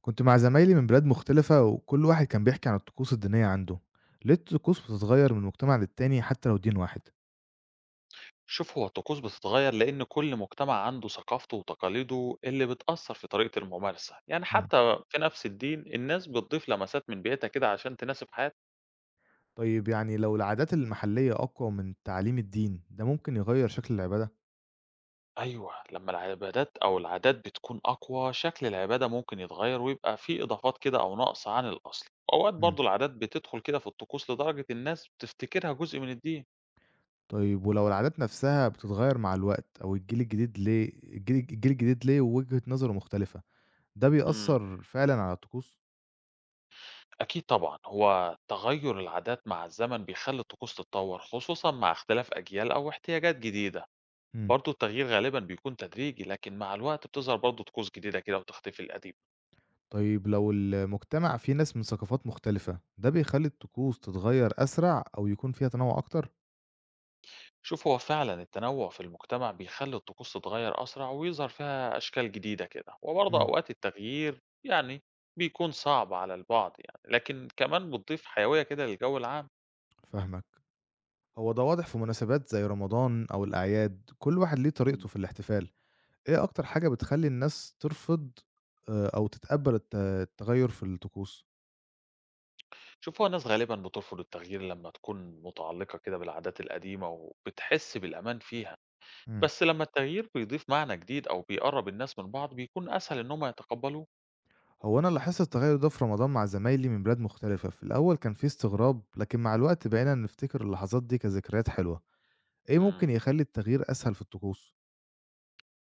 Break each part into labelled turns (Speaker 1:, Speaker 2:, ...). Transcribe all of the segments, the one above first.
Speaker 1: كنت مع زمايلي من بلاد مختلفة وكل واحد كان بيحكي عن الطقوس الدينية عنده. ليه الطقوس بتتغير من مجتمع للتاني حتى لو دين واحد؟
Speaker 2: شوف هو الطقوس بتتغير لأن كل مجتمع عنده ثقافته وتقاليده اللي بتأثر في طريقة الممارسة، يعني
Speaker 1: مم.
Speaker 2: حتى في نفس الدين الناس بتضيف لمسات من بيئتها كده عشان تناسب حياتها.
Speaker 1: طيب يعني لو العادات المحلية أقوى من تعليم الدين ده ممكن يغير شكل العبادة؟
Speaker 2: أيوة، لما العبادات أو العادات بتكون أقوى شكل العبادة ممكن يتغير ويبقى فيه إضافات كده أو نقص عن الأصل، وأوقات
Speaker 1: مم.
Speaker 2: برضو العادات بتدخل كده في الطقوس لدرجة الناس بتفتكرها جزء من الدين.
Speaker 1: طيب ولو العادات نفسها بتتغير مع الوقت أو الجيل الجديد، ليه الجيل الجديد ليه وجهة نظره مختلفة؟ ده
Speaker 2: مم.
Speaker 1: بيأثر فعلا على الطقوس.
Speaker 2: أكيد طبعا، هو تغير العادات مع الزمن بيخلي الطقوس تتطور خصوصا مع اختلاف أجيال أو احتياجات جديدة.
Speaker 1: مم.
Speaker 2: برضه التغيير غالبا بيكون تدريجي، لكن مع الوقت بتظهر برضه طقوس جديدة كده وتختفي القديم.
Speaker 1: طيب لو المجتمع فيه ناس من ثقافات مختلفة ده بيخلي الطقوس تتغير أسرع أو يكون فيها تنوع أكتر؟
Speaker 2: شوف هو فعلا التنوع في المجتمع بيخلي الطقوس تتغير أسرع ويظهر فيها أشكال جديدة كده، وبرضه
Speaker 1: مم.
Speaker 2: أوقات التغيير يعني بيكون صعب على البعض، يعني لكن كمان بتضيف حيوية كده للجو العام.
Speaker 1: فاهمك. هو ده واضح في مناسبات زي رمضان أو الأعياد، كل واحد ليه
Speaker 2: مم.
Speaker 1: طريقته في الاحتفال. إيه أكتر حاجة بتخلي الناس ترفض أو تتقبل التغير في الطقوس؟
Speaker 2: شوف هو الناس غالبا بترفض التغيير لما تكون متعلقة كده بالعادات القديمة وبتحس بالأمان فيها،
Speaker 1: مم.
Speaker 2: بس لما التغيير بيضيف معنى جديد أو بيقرب الناس من بعض بيكون أسهل إنهم يتقبلوه.
Speaker 1: هو أنا لاحظت التغير ده في رمضان مع زمايلي من بلاد مختلفة. في الأول كان فيه استغراب، لكن مع الوقت بقينا نفتكر اللحظات دي كذكريات حلوة. إيه ممكن
Speaker 2: مم.
Speaker 1: يخلي التغيير أسهل في الطقوس؟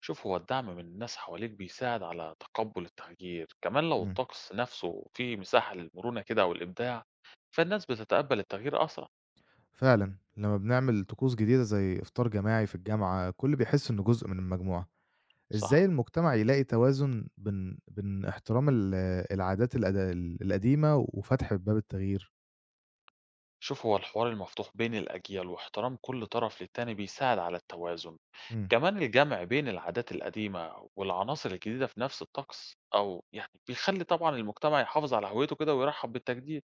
Speaker 2: شوف هو الدعم من الناس حواليك بيساعد على تقبل التغيير، كمان لو
Speaker 1: مم.
Speaker 2: الطقس نفسه فيه مساحة للمرونة كده والإبداع، فالناس بتتقبل التغيير أسرع.
Speaker 1: فعلا لما بنعمل طقوس جديدة زي إفطار جماعي في الجامعة كل بيحس إنه جزء من المجموعة.
Speaker 2: صح.
Speaker 1: إزاي المجتمع يلاقي توازن بين احترام العادات القديمة وفتح باب التغيير؟
Speaker 2: شوف هو الحوار المفتوح بين الأجيال واحترام كل طرف للتاني بيساعد على التوازن،
Speaker 1: إمم.
Speaker 2: كمان الجمع بين العادات القديمة والعناصر الجديدة في نفس الطقس أو يعني بيخلي طبعا المجتمع يحافظ على هويته كده ويرحب بالتجديد.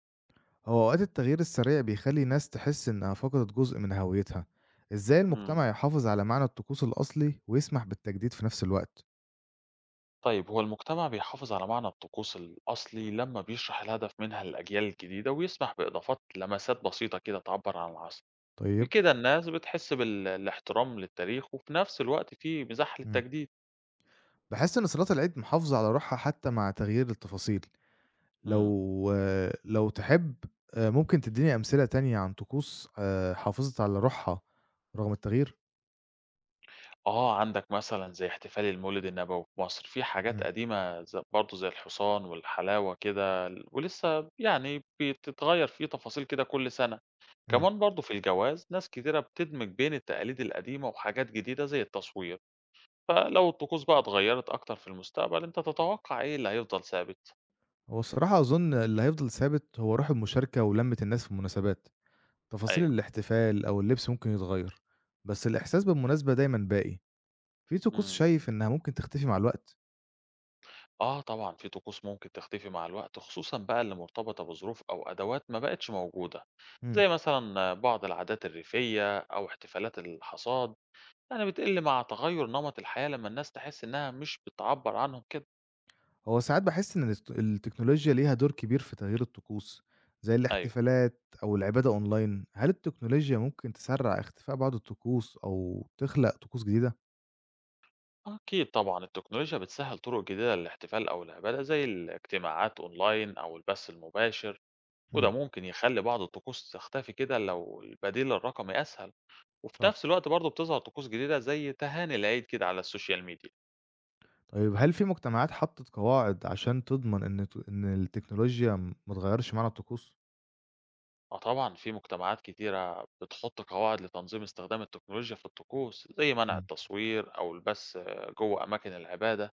Speaker 1: هو أوقات التغيير السريع بيخلّي ناس تحس إنها فقدت جزء من هويتها. إزاي
Speaker 2: مم.
Speaker 1: المجتمع يحافظ على معنى الطقوس الأصلي ويسمح بالتجديد في نفس الوقت؟
Speaker 2: طيب هو المجتمع بيحافظ على معنى الطقوس الأصلي لما بيشرح الهدف منها للأجيال الجديدة ويسمح بإضافات لمسات بسيطة كده تعبر عن العصر.
Speaker 1: طيب،
Speaker 2: بكده الناس بتحس بالاحترام للتاريخ وفي نفس الوقت في مزاح
Speaker 1: إمم.
Speaker 2: للتجديد.
Speaker 1: باحس إن صلاة العيد محافظة على روحها حتى مع تغيير التفاصيل. لو
Speaker 2: مم.
Speaker 1: آه، لو تحب ممكن تدّيني أمثلة تانية عن طقوس حافظت على روحها رغم التغيير؟
Speaker 2: اه عندك مثلا زي احتفال المولد النبوي في مصر، في حاجات
Speaker 1: إمم،
Speaker 2: قديمة برضه زي الحصان والحلاوة كده، ولسه يعني بتتغير فيه تفاصيل كده كل سنة.
Speaker 1: إمم.
Speaker 2: كمان برضه في الجواز ناس كتيرة بتدمج بين التقاليد القديمة وحاجات جديدة زي التصوير. فلو الطقوس بقى اتغيّرت أكتر في المستقبل، أنت تتوقع إيه اللي هيفضل ثابت؟
Speaker 1: هو الصراحة أظن اللي هيفضل ثابت هو روح المشاركة ولمة الناس في المناسبات. تفاصيل
Speaker 2: أيوه.
Speaker 1: الاحتفال أو اللبس ممكن يتغير، بس الإحساس بالمناسبة دايما باقي. في طقوس
Speaker 2: إمم.
Speaker 1: شايف إنها ممكن تختفي مع الوقت؟
Speaker 2: آه طبعًا في طقوس ممكن تختفي مع الوقت، خصوصًا بقى اللي مرتبطة بظروف أو أدوات ما بقتش موجودة،
Speaker 1: مم.
Speaker 2: زي مثلًا بعض العادات الريفية أو احتفالات الحصاد، يعني بتقل مع تغيُّر نمط الحياة لمّا الناس تحس إنها مش بتعبّر عنهم كده.
Speaker 1: هو ساعات بحس إن التكنولوجيا ليها دور كبير في تغيير الطقوس زي
Speaker 2: أيوه،
Speaker 1: الاحتفالات أو العبادة أونلاين. هل التكنولوجيا ممكن تسرع اختفاء بعض الطقوس أو تخلق طقوس جديدة؟
Speaker 2: أكيد طبعًا التكنولوجيا بتسهّل طُرق جديدة للاحتفال أو العبادة، زي الاجتماعات أونلاين أو البث المباشر. وده
Speaker 1: مم.
Speaker 2: ممكن يخلي بعض الطقوس تختفي كده لو البديل الرقمي أسهل. وفي
Speaker 1: صح.
Speaker 2: نفس الوقت برضه بتظهر طقوس جديدة زي تهاني العيد كده على السوشيال ميديا.
Speaker 1: طيب هل في مجتمعات حطت قواعد عشان تضمن إن التكنولوجيا ما تغيرش معنى الطقوس؟
Speaker 2: اه طبعا في مجتمعات كتيرة بتحط قواعد لتنظيم استخدام التكنولوجيا في الطقوس، زي منع
Speaker 1: إمم،
Speaker 2: التصوير أو البث جوه أماكن العبادة.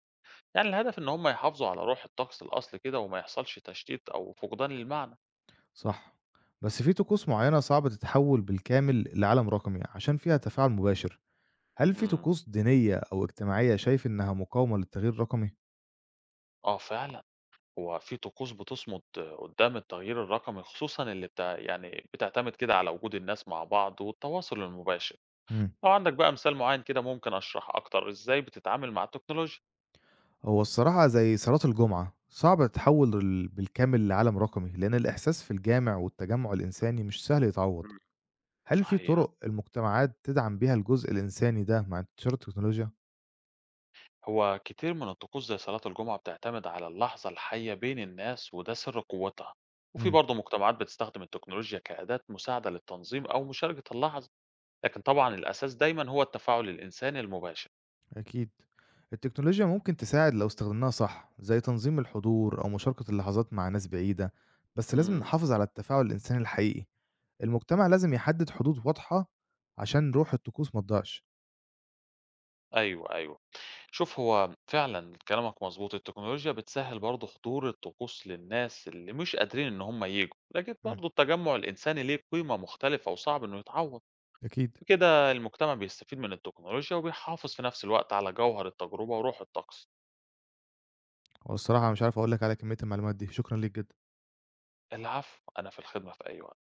Speaker 2: يعني الهدف إن هم يحافظوا على روح الطقس الأصلي كده وما يحصلش تشتيت أو فقدان للمعنى.
Speaker 1: صح، بس في طقوس معيّنة صعب تتحوّل بالكامل لعالم رقمي عشان فيها تفاعل مباشر. هل في
Speaker 2: امم.
Speaker 1: طقوس دينية أو اجتماعية شايف إنها مقاومة للتغيير الرقمي؟
Speaker 2: اه فعلا، هو في طقوس بتصمد قدام التغيير الرقمي، خصوصا اللي بتاع يعني بتعتمد كده على وجود الناس مع بعض والتواصل المباشر.
Speaker 1: إمم،
Speaker 2: لو عندك بقى مثال معين كده ممكن اشرح اكتر ازاي بتتعامل مع التكنولوجيا.
Speaker 1: هو الصراحة زي صلاة الجمعة، صعب تتحوّل بالكامل لعالم رقمي، لإن الإحساس في الجامع والتجمُّع الإنساني مش سهل يتعوّض.
Speaker 2: مم.
Speaker 1: هل في
Speaker 2: صحيح،
Speaker 1: طُرق المجتمعات تدعم بيها الجزء الإنساني ده مع انتشار التكنولوجيا؟
Speaker 2: هو كتير من الطقوس زي صلاة الجمعة بتعتمد على اللحظة الحية بين الناس وده سر قوتها. وفي
Speaker 1: إمم.
Speaker 2: برضه مجتمعات بتستخدم التكنولوجيا كأداة مساعدة للتنظيم أو مشاركة اللحظة، لكن طبعا الأساس دايما هو التفاعل الإنساني المباشر.
Speaker 1: أكيد. التكنولوجيا ممكن تساعد لو استخدمناها صح، زي تنظيم الحضور أو مشاركة اللحظات مع ناس بعيدة، بس لازم
Speaker 2: امم.
Speaker 1: نحافظ على التفاعل الإنساني الحقيقي. المجتمع لازم يحدد حدود واضحة عشان روح الطقوس ما تضيعش.
Speaker 2: أيوه، أيوه. شوف هو فعلا كلامك مظبوط، التكنولوجيا بتسهل برضه حضور الطقوس للناس اللي مش قادرين ان هم يجوا، لكن
Speaker 1: مم.
Speaker 2: برضه التجمع الانساني ليه قيمة مختلفة وصعب انه يتعوض.
Speaker 1: أكيد.
Speaker 2: بكده المجتمع بيستفيد من التكنولوجيا وبيحافظ في نفس الوقت على جوهر التجربة وروح الطقس.
Speaker 1: هو الصراحة مش عارف أقول لك على كمية المعلومات دي، شكرًا ليك جدًا.
Speaker 2: العفو، انا في الخدمة في اي وقت.